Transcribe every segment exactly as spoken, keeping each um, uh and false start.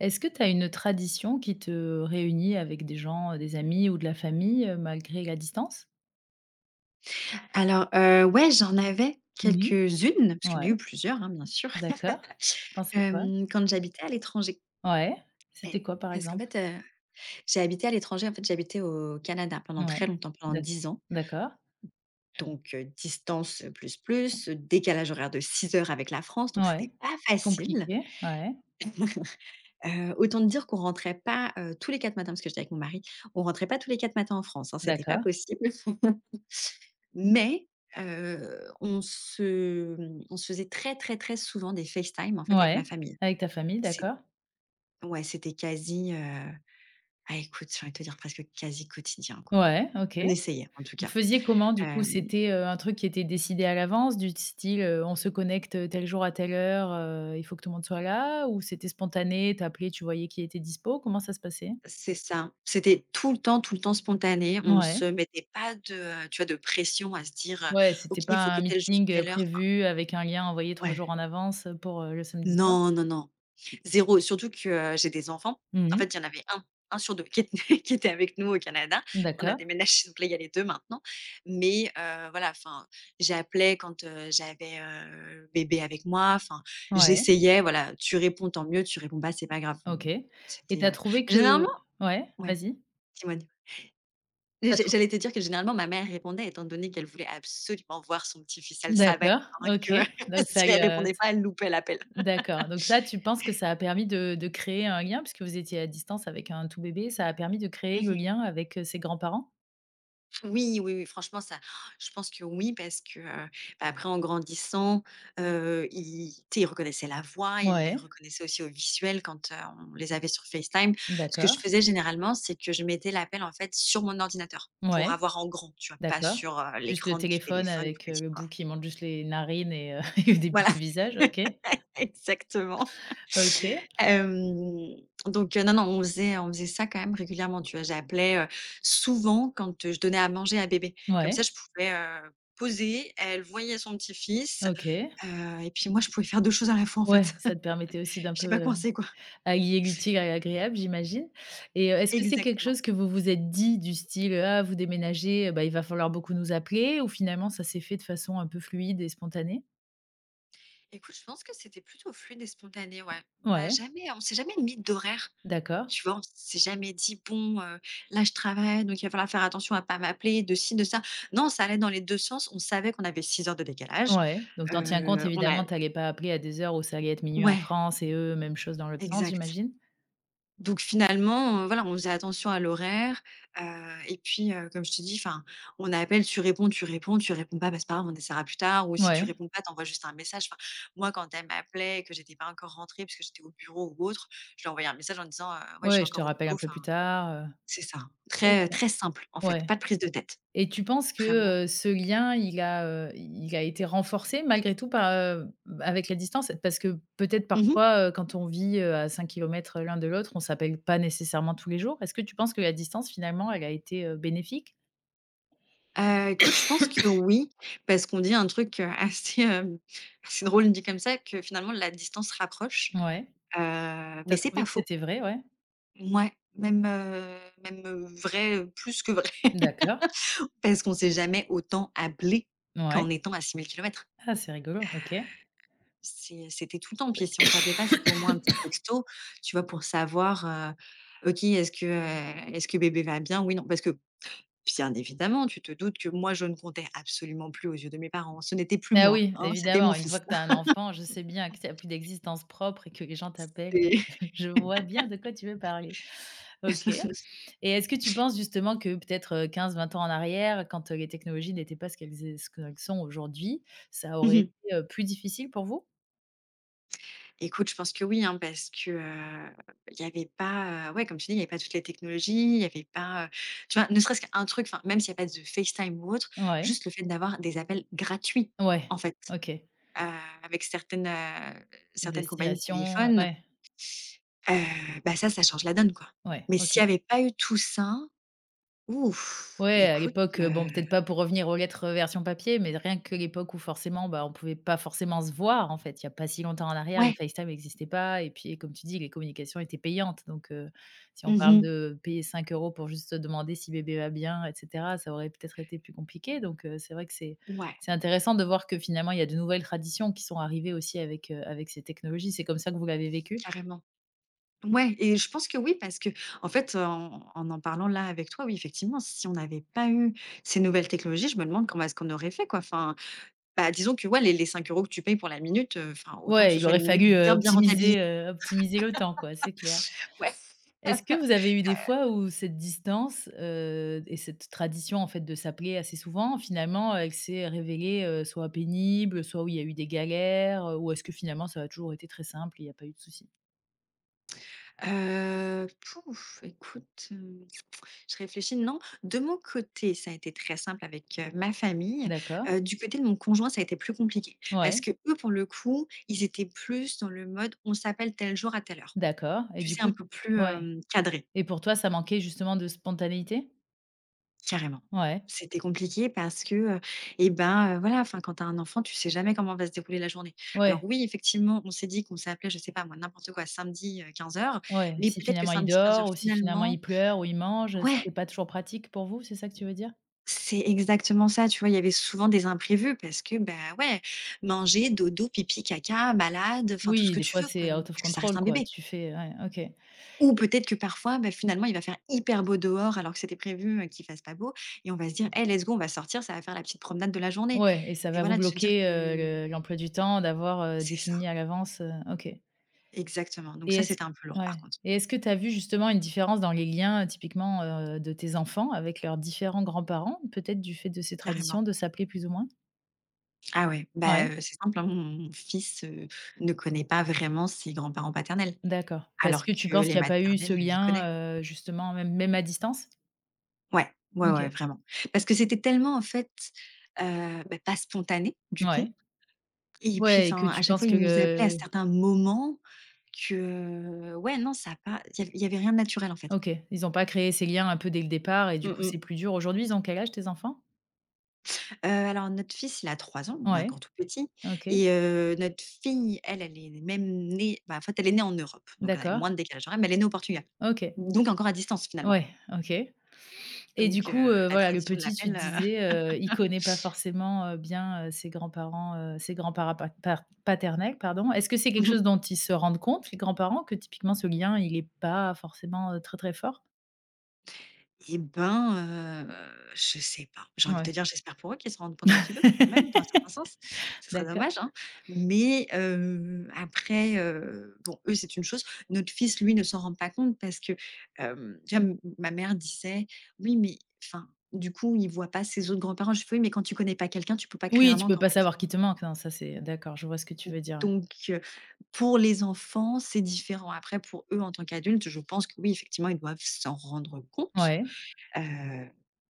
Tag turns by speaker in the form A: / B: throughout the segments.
A: Est-ce que tu as une tradition qui te réunit avec des gens, heu, des amis ou de la famille, heu, malgré la distance?
B: Alors, heu, ouais, j'en avais
A: Mmh.
B: quelques-unes, parce qu'il y en
A: Ouais,
B: a eu plusieurs, hein, bien sûr,
A: d'accord. Tu penses à quoi?
B: hem, quand j'habitais à l'étranger.
A: Ouais.
B: Ouais,
A: C'était quoi, par
B: parce qu'en
A: exemple?
B: fait, heu, j'ai habité à l'étranger, en fait, j'habitais au Canada pendant
A: Ouais.
B: très longtemps, pendant
A: D'ac
B: dix ans,
A: d'accord.
B: donc heu, distance, heu, plus, plus, heu, décalage horaire de six heures avec la France, donc
A: Ouais.
B: c'était pas facile.
A: Compliqué. Ouais.
B: Heu, autant te dire qu'on rentrait pas, heu, tous les quatre matins, parce que j'étais avec mon mari, on rentrait pas tous les quatre matins en France, hein, c'était pas
A: D'accord.
B: possible. Mais heu, on se, mmh, on se faisait très, très, très souvent des FaceTime, en fait, avec
A: Ouais.
B: ma famille.
A: Avec ta famille,
B: C'est
A: d'accord.
B: Ouais, c'était quasi, heu, ah écoute, j'ai envie de te dire presque quasi quotidien, quoi.
A: Ouais, OK.
B: On essayait en tout
A: Vous
B: cas.
A: faisiez comment, du coup?
B: Hem,
A: C'était, heu, un truc qui était décidé à l'avance, du style, heu, on se connecte, tel jour à telle heure, heu, il faut que tout le monde soit là? Ou c'était spontané, tu appelais, tu voyais qui était dispo? Comment ça se passait?
B: c'est ça. C'était tout le temps tout le temps spontané. On se
A: Ouais,
B: mettait pas de, heu, tu vois, de pression à se dire, heu:
A: ouais,
B: «OK,
A: c'était pas
B: il faut que
A: un
B: tel jour,
A: meeting, heu,
B: telle heure» enfin
A: prévu avec un lien envoyé trois jours
B: ouais.
A: en avance, pour, heu, le samedi soir?
B: Non, non, non. Zéro et surtout que, heu, j'ai des enfants. En fait,
A: Mmh.
B: il y en avait un un sur deux qui était qui était avec nous au Canada. On a
A: D'accord,
B: déménagé, donc là, il y a les deux maintenant. Mais, heu, voilà, enfin, j'appelais quand, heu, j'avais, heu, bébé avec moi, enfin,
A: ouais,
B: j'essayais, voilà. Tu réponds, tant mieux, tu réponds pas, c'est pas grave.
A: OK
B: Mmh,
A: et
B: c'était,
A: t'as
B: heu
A: trouvé que
B: généralement
A: ouais,
B: ouais,
A: vas-y.
B: dis-moi, dis-moi.
A: Tu
B: J'a
A: trou
B: j'allais te dire que généralement ma mère répondait étant donné qu'elle voulait absolument voir son petit-fils. Elle savait,
A: D'accord,
B: hein,
A: OK,
B: que
A: donc ça
B: si
A: y
B: elle
A: a
B: répondait pas, elle loupait l'appel.
A: d'accord, donc ça, tu penses que ça a permis de de créer un lien puisque vous étiez à distance avec un tout bébé, ça a permis de créer le
B: Mmh.
A: lien avec, heu, ses grands-parents?
B: Oui, oui, oui, franchement, ça je pense que oui, parce que, heu, bah, après en grandissant, heu, ils tu sais, ils reconnaissaient la voix, ils les
A: Ouais,
B: reconnaissaient aussi au visuel quand, heu, on les avait sur FaceTime. Ce que je
A: d'accord,
B: faisais généralement, c'est que je mettais l'appel, en fait, sur mon ordinateur pour
A: ouais,
B: avoir en grand, tu vois? Pas
A: d'accord.
B: sur, heu,
A: Juste le
B: l'écran du
A: téléphone
B: téléphone tout
A: avec, heu,
B: petit,
A: le
B: quoi.
A: bout qui monte juste les narines et heu, et le début
B: Voilà,
A: du visage, OK.
B: exactement.
A: OK.
B: Hem, donc heu, non, non, on faisait on faisait ça quand même régulièrement, tu vois? J'appelais, heu, souvent quand, heu, je donnais à manger à bébé. Comme ça,
A: Ouais,
B: je pouvais, heu, poser, elle voyait son petit-fils,
A: OK.
B: heu et puis moi, je pouvais faire deux choses à la fois, en
A: Ouais,
B: fait.
A: ça te permettait aussi d'un
B: Je
A: peu,
B: sais pas
A: heu,
B: coincée, quoi.
A: allier l'utile à l'agréable, j'imagine, et heu, est-ce que c'est quelque
B: Exactement.
A: chose que vous vous êtes dit du style: «Ah, vous déménagez, heu, bah, il va falloir beaucoup nous appeler», ou finalement ça s'est fait de façon un peu fluide et spontanée?
B: Écoute, je pense que c'était plutôt fluide et spontané, ouais. On n'a
A: Ouais,
B: jamais on s'est jamais mis d'horaire.
A: d'accord.
B: Tu vois? On s'est jamais dit: «Bon, heu, là je travaille, donc il va falloir faire attention à pas m'appeler, de ci, de ça». Non, ça allait dans les deux sens. On savait qu'on avait six heures de décalage.
A: Ouais, donc t'en tiens compte
B: Heu, on a
A: évidemment, tu pas appeler à des heures où ça allait être minuit en
B: Ouais,
A: France et eux, même chose dans l'autre sens,
B: exact.
A: j'imagine?
B: Donc finalement, heu, voilà, on faisait attention à l'horaire, heu et puis, heu, comme je te dis, enfin, on appelle, tu réponds, tu réponds, tu réponds pas, bah, c'est pas grave, on essaiera plus tard ou si tu
A: Ouais,
B: réponds pas, t'envoies juste un message. Enfin, moi, quand elle m'appelait et que j'étais pas encore rentrée parce que j'étais au bureau ou autre, je lui envoyais un message en disant: «Heu, ouais, je suis
A: ouais, je te
B: encore au
A: rappelle
B: boulot,
A: un peu
B: enfin».
A: plus tard, heu,
B: C'est ça.
A: OK,
B: Très, très simple en fait,
A: ouais.
B: pas de prise de tête,
A: Et tu penses
B: vraiment.
A: que, heu, ce lien, il a, heu, il a été renforcé malgré tout par, heu, avec la distance? Parce que peut-être
B: Mmh mh.
A: parfois, heu, quand on vit, heu, à cinq kilomètres l'un de l'autre, on s'appelle pas nécessairement tous les jours. Est-ce que tu penses que la distance finalement, elle a été, heu, bénéfique?
B: Heu, écoute, je pense que oui, parce qu'on dit un truc, heu, assez, hem, c'est drôle dit comme ça, que finalement la distance rapproche,
A: Ouais.
B: heu,
A: Tu
B: mais
A: as
B: c'est
A: trouvé
B: pas
A: que
B: faux.
A: c'était vrai, ouais?
B: Mouais, même, heu, même, heu, vrai, heu, plus que vrai.
A: D'accord.
B: Parce qu'on s'est jamais autant appelé
A: Ouais.
B: qu'en étant à six mille kilomètres.
A: Ah, c'est rigolo, OK.
B: C'est c'était tout le temps, puis si on s'appelait pas, c'était au moins un petit texto, tu vois? Pour savoir, heu, OK, est-ce que, heu, est-ce que bébé va bien? Oui, non, parce que bien évidemment, tu te doutes que moi, je ne comptais absolument plus aux yeux de mes parents. Ce n'était plus
A: Ah
B: moi,
A: oui,
B: hein, c'était mon
A: évidemment, une
B: fils.
A: fois que tu as un enfant, je sais bien que tu as plus d'existence propre et que les gens t'appellent.
B: C'est
A: Je vois bien de quoi tu veux parler. OK. Et est-ce que tu penses justement que peut-être, heu, quinze vingt ans en arrière, quand, heu, les technologies n'étaient pas ce qu'elles é ce qu'elles sont aujourd'hui, ça aurait
B: Mmh.
A: été, heu, plus difficile pour vous?
B: Écoute, je pense que oui, hein, parce que, heu, il y n'y avait pas, heu, ouais, comme tu dis, il y avait pas toutes les technologies, il y avait pas, heu, tu vois, ne serait-ce qu'un truc, enfin, même s'il y a pas de FaceTime ou autre,
A: Ouais.
B: juste le fait d'avoir des appels gratuits,
A: Ouais.
B: en fait,
A: OK.
B: heu, avec certaines, heu, certaines compagnies de
A: Destination,
B: téléphone,
A: ouais,
B: heu, bah, ça, ça change la donne, quoi.
A: ouais,
B: Mais s'il
A: OK.
B: n'y avait pas eu tout ça, ouf,
A: Ouais, à
B: écoute,
A: l'époque, heu,
B: heu,
A: bon, peut-être pas pour revenir aux lettres, heu, version papier, mais rien que l'époque où forcément, bah, on pouvait pas forcément se voir, en fait. Il y a pas si longtemps en arrière, les
B: ouais.
A: FaceTime n'existaient pas et puis, comme tu dis, les communications étaient payantes. Donc, heu, si on
B: Mmh
A: parle
B: mh.
A: de payer cinq euros pour juste se demander si bébé va bien et cetera, ça aurait peut-être été plus compliqué. Donc, heu, c'est vrai que c'est
B: Ouais,
A: c'est intéressant de voir que finalement, il y a de nouvelles traditions qui sont arrivées aussi avec, heu, avec ces technologies. C'est comme ça que vous l'avez vécu?
B: carrément. Ouais et je pense que oui parce qu'en fait, en en en parlant là avec toi, oui, effectivement, si on n'avait pas eu ces nouvelles technologies, je me demande comment est-ce qu'on aurait fait quoi? Enfin, bah, disons que ouais, les les cinq euros € que tu payes pour la minute, heu, enfin, autant que
A: Ouais,
B: ce
A: il
B: soit
A: aurait
B: une minute
A: fallu, heu,
B: bien, bien rentabilis
A: optimiser, heu, optimiser le temps, quoi, c'est clair.
B: ouais.
A: Est-ce que vous avez eu des fois où cette distance, heu, et cette tradition, en fait, de s'appeler assez souvent, finalement, elle s'est révélée, heu, soit pénible, soit où il y a eu des galères, heu, ou est-ce que finalement ça a toujours été très simple et il n'y a pas eu de soucis?
B: Heu, pouf, écoute, heu, je réfléchis, non. De mon côté, ça a été très simple avec, heu, ma famille.
A: D'accord,
B: Heu, du côté de mon conjoint, ça a été plus compliqué parce
A: ouais,
B: que eux, pour le coup, ils étaient plus dans le mode: «On s'appelle tel jour à telle heure».
A: d'accord et
B: Tu
A: du
B: sais, un
A: coup
B: peu plus,
A: ouais,
B: hem, cadré,
A: et pour toi, ça manquait justement de spontanéité?
B: carrément.
A: Ouais,
B: C'était compliqué parce que, heu et ben, heu, voilà, enfin, quand t'as un enfant, tu sais jamais comment va se dérouler la journée. Alors
A: ouais,
B: oui, effectivement, on s'est dit qu'on s'appelait, je sais pas moi, n'importe quoi, samedi, quinze heures.
A: ouais,
B: Mais
A: si
B: peut-être que
A: finalement il
B: samedi quinze heures,
A: dort ou si finalement
B: finalement
A: il pleure ou il mange,
B: ouais.
A: c'était pas toujours pratique pour vous, c'est ça que tu veux dire?
B: C'est exactement ça, tu vois? Il y avait souvent des imprévus parce que, bah, ouais, manger, dodo, pipi, caca, malade, enfin tout ce
A: Oui,
B: que
A: des
B: tu
A: fois
B: veux, quoi,
A: c'est
B: donc
A: out of
B: puisque ça reste
A: control
B: un
A: quoi,
B: bébé.
A: tu fais ouais, OK.
B: Ou peut-être que parfois, bah, finalement, il va faire hyper beau dehors alors que c'était prévu, heu, qu'il fasse pas beau et on va se dire: «Hey, let's go, on va sortir, ça va faire la petite promenade de la journée»
A: Ouais, et ça
B: et
A: va vous
B: voilà, de se dire
A: bloquer,
B: que
A: heu, le l'emploi du temps d'avoir, heu,
B: c'est ça,
A: défini à l'avance, heu, OK,
B: exactement. Donc
A: et
B: ça,
A: est-ce
B: c'était un peu lourd par
A: ouais,
B: contre,
A: et est-ce que tu as vu justement une différence dans les liens, heu, typiquement, heu, de tes enfants avec leurs différents grands-parents, peut-être du fait de ces
B: carrément.
A: traditions de s'appeler plus ou moins?
B: Ah ouais, bah,
A: Ouais,
B: heu, c'est simple, hein, mon fils, heu, ne connaît pas vraiment ses grands-parents paternels
A: d'accord. Parce
B: alors
A: que tu
B: que
A: penses
B: les
A: qu'il y a pas eu
B: maternels,
A: ce
B: il les connaît.
A: lien, heu, justement même même à distance?
B: Ouais, ouais, ouais,
A: OK.
B: vraiment. Parce que c'était tellement en fait, heu, bah, pas spontané du coup
A: Ouais.
B: et puis
A: Ouais et que
B: enfin, à
A: tu
B: chaque
A: penses
B: fois, il
A: que
B: nous appelait à
A: le
B: certains moments que ouais, non, ça a pas il y avait il y avait rien de naturel en fait.
A: OK, ils n'ont pas créé ces liens un peu dès le départ et du
B: Mmh
A: coup,
B: mh.
A: c'est plus dur. Aujourd'hui, ils ont quel âge tes enfants?
B: Heu, alors notre fils, il a trois ans, il est encore
A: Ouais,
B: tout petit
A: OK,
B: et heu, notre fille, elle, elle est même née bah, en fait, elle est née en Europe, donc on avait moins
A: d'accord,
B: de décalage horaire, mais elle est née au Portugal.
A: OK.
B: Donc encore à distance finalement.
A: Ouais, OK et du
B: Donc heu,
A: coup, heu,
B: la
A: voilà, le
B: tradition de
A: petit, tu te
B: l'appel,
A: disais, heu, il connaît pas forcément, heu, bien, heu, ses grands-parents, heu, ses grands-parents pa par paternels, pardon. Est-ce que c'est quelque
B: heu
A: chose dont ils se rendent compte, les grands-parents, que typiquement ce lien, il est pas forcément, heu, très, très fort?
B: Et ben, heu, je sais pas. J'ai envie de te
A: Ouais.
B: dire, j'espère pour eux qu'ils se rendent compte un petit peu quand même, dans un certain sens. Ce serait
A: D'accord.
B: dommage, hein. Mais, heu, après, heu, bon, eux, c'est une chose. Notre fils, lui, ne s'en rend pas compte parce que, hem, tu vois, m ma mère disait: «Oui, mais enfin, du coup, il voit pas ses autres grands-parents». Je lui fais: «Oui, mais quand tu connais pas quelqu'un, tu peux pas créer un
A: Oui, tu peux
B: manque, en
A: pas
B: fait».
A: savoir qui te manque. Non, ça c'est d'accord, je vois ce que tu veux dire, ouais.
B: Donc, heu, pour les enfants, c'est différent. Après, pour eux, en tant qu'adultes, je pense que oui, effectivement, ils doivent s'en rendre compte.
A: Ouais,
B: Heu,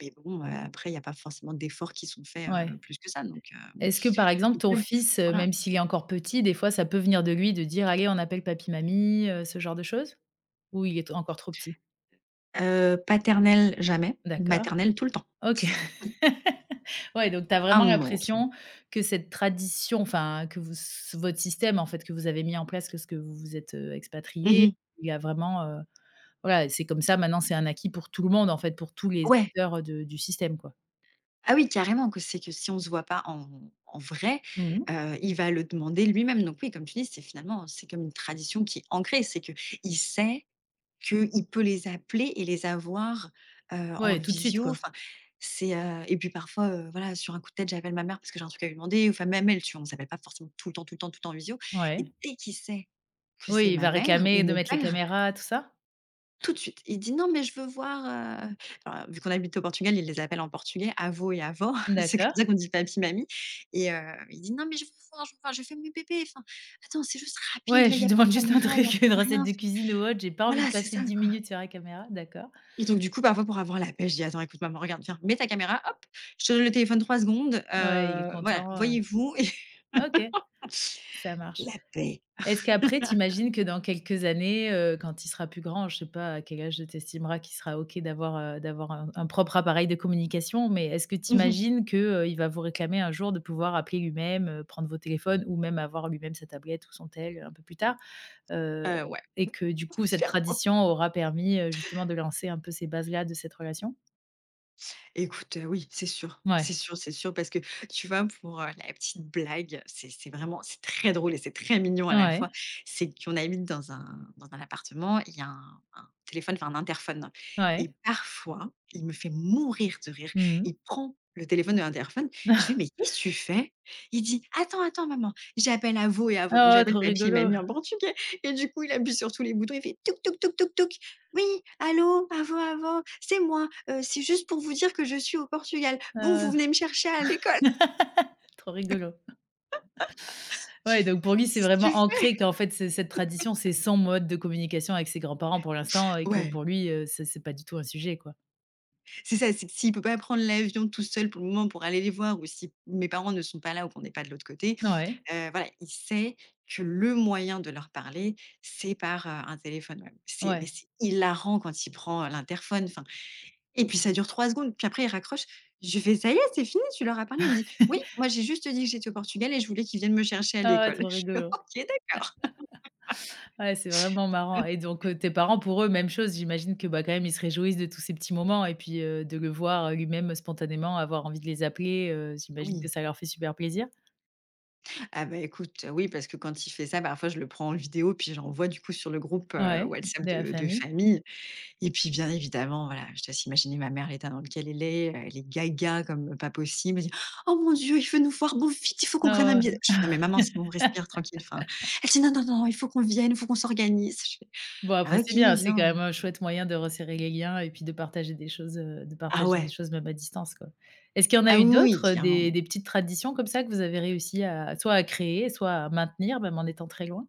B: mais bon, heu, après il y a pas forcément d'efforts qui sont faits, heu,
A: ouais.
B: plus que ça donc heu,
A: Est-ce que, par exemple, ton fils, heu,
B: voilà.
A: même s'il est encore petit, des fois, ça peut venir de lui de dire: «Allez, on appelle papy, mamie», heu, ce genre de choses? Ou il est t encore trop petit?
B: Heu, paternelle, jamais.
A: D'accord.
B: Maternelle, tout le temps.
A: OK. Ouais, donc tu as
B: Ah
A: vraiment
B: mon Dieu.
A: l'impression que cette tradition, enfin, que vous s votre système, en fait, que vous avez mis en place que lorsque vous vous êtes, heu,
B: Mmh
A: expatriés,
B: mh.
A: il y a vraiment, heu, voilà, c'est comme ça maintenant, c'est un acquis pour tout le monde, en fait, pour tous les
B: Ouais.
A: acteurs de du système, quoi?
B: Ah oui, carrément que c'est que si on se voit pas en en vrai,
A: Mmh.
B: heu, il va le demander lui-même donc oui, comme tu dis, c'est finalement, c'est comme une tradition qui est ancrée. C'est qu'il sait qu'il peut les appeler et les avoir, heu, en
A: Ouais, tout de suite,
B: visio,
A: quoi.
B: enfin, c'est, heu et puis parfois, heu, voilà, sur un coup de tête, j'appelle ma mère parce que j'ai un truc à lui demander, enfin, même elle, tu vois, on s'appelle pas forcément tout le temps, tout le temps, tout le temps en visio
A: Ouais.
B: et dès qu'il sait que c'est
A: Oui, il
B: ma
A: va
B: mère ou
A: réclamer de
B: mon
A: mettre les
B: père,
A: caméras, tout ça?
B: tout de suite, il dit: «Non, mais je veux voir, heu» enfin, vu qu'on habite au Portugal, il les appelle en portugais, avô et avó, c'est comme
A: D'accord.
B: ça qu'on dit papi, mamie et heu, il dit: «Non, mais je veux voir, je veux voir, je fais mes bébés, enfin, attends, c'est juste rapide,
A: Ouais,
B: là,
A: je
B: il y
A: lui
B: a pas de
A: demande juste un
B: caméra, il y a
A: truc, une
B: pas rien,
A: recette de
B: enfin».
A: cuisine ou autre, j'ai pas envie de
B: Voilà, c'est
A: passer
B: ça,
A: dix
B: quoi.
A: minutes sur la caméra, d'accord.
B: Et donc du coup, parfois pour avoir la pêche, je dis: «Attends, écoute maman, regarde, viens, mets ta caméra, hop, je te donne le téléphone trois secondes,
A: Ouais, il est
B: heu, voilà,
A: content, heu,
B: voyez-vous».
A: OK, ça marche.
B: La paix.
A: Est-ce qu'après, tu imagines que dans quelques années, heu, quand il sera plus grand, je sais pas à quel âge tu estimeras qu'il sera OK d'avoir, heu, d'avoir un un propre appareil de communication, mais est-ce que tu
B: Mmh mh.
A: imagines que, heu, il va vous réclamer un jour de pouvoir appeler lui-même, heu, prendre vos téléphones ou même avoir lui-même sa tablette ou son tel un peu plus tard? Heu
B: Euh, ouais.
A: et que du coup, cette tradition aura permis, heu, justement de lancer un peu ces bases-là de cette relation?
B: Écoute, heu, oui, c'est sûr, c'est
A: Ouais,
B: sûr, c'est sûr parce que tu vois, pour, heu, la petite blague, c'est c'est vraiment, c'est très drôle et c'est très mignon à la
A: ouais,
B: fois. C'est qu'on habite dans un dans un appartement, il y a un un téléphone, enfin un interphone et
A: ouais.
B: parfois, il me fait mourir de rire.
A: Mmh.
B: Il prend le téléphone de l'interphone, je fais: «Mais qu'est-ce que tu fais?» Il dit: «Attends, attends maman, j'appelle à avô et à avô», donc
A: Oh,
B: j'appelle
A: trop
B: papy et
A: rigolo!
B: mamie en portugais et du coup, il appuie sur tous les boutons, il fait: «Touc touc touc touc touc». Oui, allô, avant, avant, c'est moi, heu, c'est juste pour vous dire que je suis au Portugal. Bon, vous
A: Heu,
B: venez me chercher à l'école.
A: trop rigolo.
B: Tu
A: Ouais,
B: fais:
A: donc pour
B: «Mais
A: lui, c'est
B: qu'est-ce que tu
A: vraiment
B: fais?»
A: ancré qu'en fait, c'est cette tradition, c'est son mode de communication avec ses grands-parents pour l'instant et que
B: Ouais,
A: pour lui, heu, c'est c'est pas du tout un sujet, quoi.
B: c'est ça, c'est que s'il peut pas prendre l'avion tout seul pour le moment pour aller les voir ou si mes parents ne sont pas là ou qu'on n'est pas de l'autre côté,
A: Ouais,
B: heu, voilà, il sait que le moyen de leur parler, c'est par, heu, un téléphone, ouais. C'est mais
A: ouais.
B: c'est hilarant quand il prend, heu, l'interphone. Enfin. Et puis ça dure trois secondes, puis après il raccroche. Je fais: «Ça y est, c'est fini, tu leur as parlé?» Il me dit: «Oui, moi j'ai juste dit que j'étais au Portugal et je voulais qu'ils viennent me chercher à
A: Ah ouais,
B: l'école».
A: trop
B: Je fais:
A: rigolo.
B: «OK, d'accord».
A: Ouais, c'est vraiment marrant et donc, heu, tes parents pour eux, même chose, j'imagine que, bah, quand même, ils se réjouissent de tous ces petits moments et puis, heu, de le voir, heu, lui-même euh, spontanément avoir envie de les appeler, heu, j'imagine que
B: Oui.
A: ça leur fait super plaisir?
B: Ah bah, écoute, oui, parce que quand il fait ça, parfois je le prends en vidéo puis je l'envoie du coup sur le groupe, heu,
A: Ouais,
B: WhatsApp
A: de la
B: de de
A: famille.
B: famille. Et puis, bien évidemment, voilà, je te laisse imaginer ma mère, l'état dans lequel elle est, heu, elle est gaga comme pas possible. Elle dit: «Oh mon Dieu, il veut nous voir, bon vite, il faut qu'on
A: Ouais,
B: prenne un
A: ouais,
B: billet».
A: ouais.
B: Je fais: «Non mais maman, c'est bon, respire tranquille, enfin». Elle dit: «Non, non, non, il faut qu'on vienne, il faut qu'on s'organise». Je fais:
A: Bon, après,
B: «Ah OK,
A: c'est bien, c'est quand
B: viens».
A: même un chouette moyen de resserrer les liens et puis de partager des choses, heu, de
B: Ah
A: partager des
B: ouais,
A: choses même à distance, quoi. Est-ce qu'il y en a
B: ah
A: eu
B: oui, oui,
A: d'autres, heu, des
B: clairement.
A: des petites traditions comme ça que vous avez réussi à soit à créer, soit à maintenir même en étant très loin?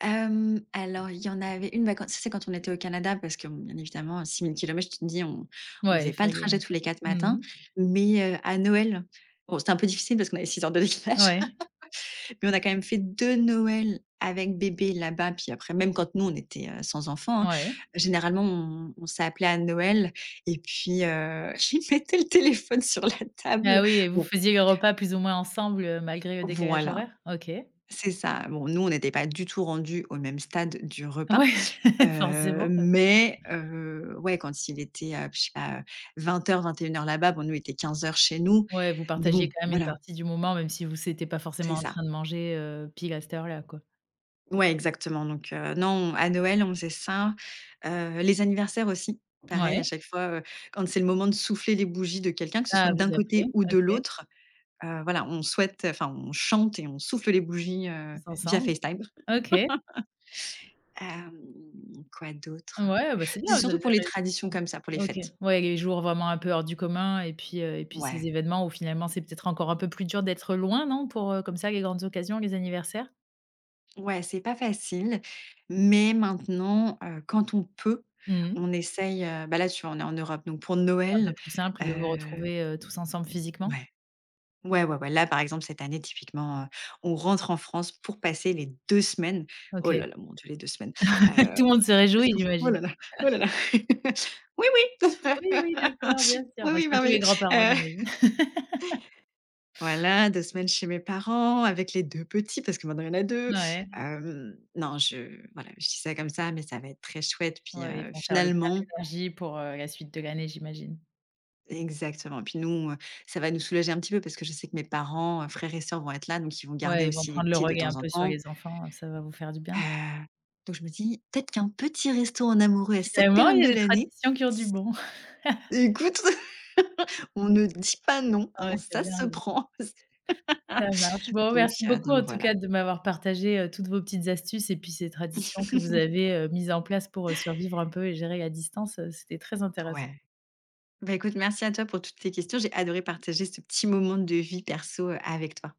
B: Hem, alors il y en avait une, bah, quand ça c'est quand on était au Canada parce que, bon, bien évidemment, six mille kilomètres je te dis, on on
A: Ouais,
B: faisait
A: il
B: pas le
A: fallait.
B: trajet tous les quatre
A: Mmh
B: matins,
A: mh.
B: mais heu, à Noël, bon, c'était un peu difficile parce qu'on avait six heures de décalage.
A: Ouais,
B: Mais on a quand même fait deux Noëls avec bébé là-bas, puis après, même quand nous, on était euh, sans enfant, hein,
A: ouais.
B: généralement, on, on s'appelait à Noël et puis euh, ils mettaient le téléphone sur la table.
A: Ah oui, et vous
B: Bon,
A: faisiez le repas plus ou moins ensemble, heu, malgré le décalage
B: voilà,
A: horaire? OK.
B: c'est ça. Bon, nous, on n'était pas du tout rendus au même stade du repas,
A: Ouais,
B: heu,
A: forcément, heu,
B: mais heu, ouais, quand il était, heu, je sais pas, heu, vingt heures-vingt et une heures là-bas, bon, nous, il était quinze heures chez nous,
A: ouais, vous
B: mais
A: partagiez
B: bon,
A: quand même une
B: voilà,
A: partie du moment même si vous c'était pas forcément
B: c'est
A: en
B: ça.
A: train de manger, heu, pile à cette heure-là, quoi.
B: Ouais, exactement, donc heu, non, à Noël, on faisait ça, heu, les anniversaires aussi, pareil, à
A: Ouais.
B: chaque fois, heu, quand c'est le moment de souffler les bougies de quelqu'un, que ce soit
A: Ah,
B: d'un
A: vous appelez,
B: côté ou de
A: OK,
B: l'autre, heu, voilà, on souhaite enfin, on chante et on souffle les bougies, heu,
A: tous
B: via
A: ensemble.
B: FaceTime.
A: OK.
B: Hem, quoi d'autre?
A: Ouais, bah, c'est
B: C'est
A: bien, vous
B: surtout
A: avez
B: pour les
A: réussi.
B: traditions comme ça, pour les
A: OK.
B: fêtes.
A: Ouais, les jours vraiment un peu hors du commun et puis, heu et puis ces
B: Ouais.
A: événements où finalement c'est peut-être encore un peu plus dur d'être loin, non? Pour, heu, comme ça, les grandes occasions, les anniversaires?
B: Ouais, c'est pas facile, mais maintenant, heu, quand on peut,
A: Mmh
B: on
A: mh.
B: essaye, heu, bah, là, tu vois, on est en Europe, donc pour
A: C'est un peu
B: Noël,
A: plus simple de vous
B: heu
A: retrouver, heu, tous ensemble physiquement?
B: ouais. Ouais, ouais, ouais. Là, par exemple, cette année, typiquement, heu, on rentre en France pour passer les deux semaines. Oh là
A: OK.
B: là, mon Dieu, les deux semaines. Heu,
A: Tout le monde se réjouit,
B: oh
A: j'imagine.
B: là là, oh là là. Oui, oui.
A: Oui, oui, d'accord, bien
B: Oui,
A: sûr. Bah,
B: oui,
A: surtout
B: merveilleux.
A: les grands-parents,
B: Heu,
A: j'imagine.
B: voilà, deux semaines chez mes parents avec les deux petits, parce que maintenant il y en a deux.
A: Ouais,
B: Hem, non, je voilà, je dis ça comme ça, mais ça va être très chouette. Puis,
A: ouais, ils
B: heu,
A: vont faire le plein
B: finalement,
A: d'énergie pour, heu, la suite de l'année, j'imagine.
B: exactement. Puis nous, heu, ça va nous soulager un petit peu parce que je sais que mes parents, heu, frères et sœurs vont être là, donc ils vont garder
A: Ouais, ils vont
B: aussi les
A: prendre le
B: petits de
A: relais un
B: temps en
A: peu sur
B: temps.
A: les enfants, ça va vous faire du bien.
B: Heu, donc je me dis: «Peut-être qu'un petit resto en amoureux à cette
A: Finalement, il
B: période
A: y a
B: de
A: des
B: l'année,
A: traditions qui ont du
B: s
A: bon.
B: écoute, on ne dit pas non,
A: Ah
B: hein,
A: ouais, tu as
B: ça
A: bien
B: se
A: raison,
B: prend».
A: ça marche. Bon,
B: Donc
A: merci
B: heu,
A: beaucoup
B: donc
A: en tout
B: voilà.
A: cas de m'avoir partagé, heu, toutes vos petites astuces et puis ces traditions que vous avez, heu, mises en place pour, heu, survivre un peu et gérer la distance, heu, c'était très intéressant.
B: Ouais. Bah, écoute, merci à toi pour toutes tes questions. J'ai adoré partager ce petit moment de vie perso, heu, avec toi.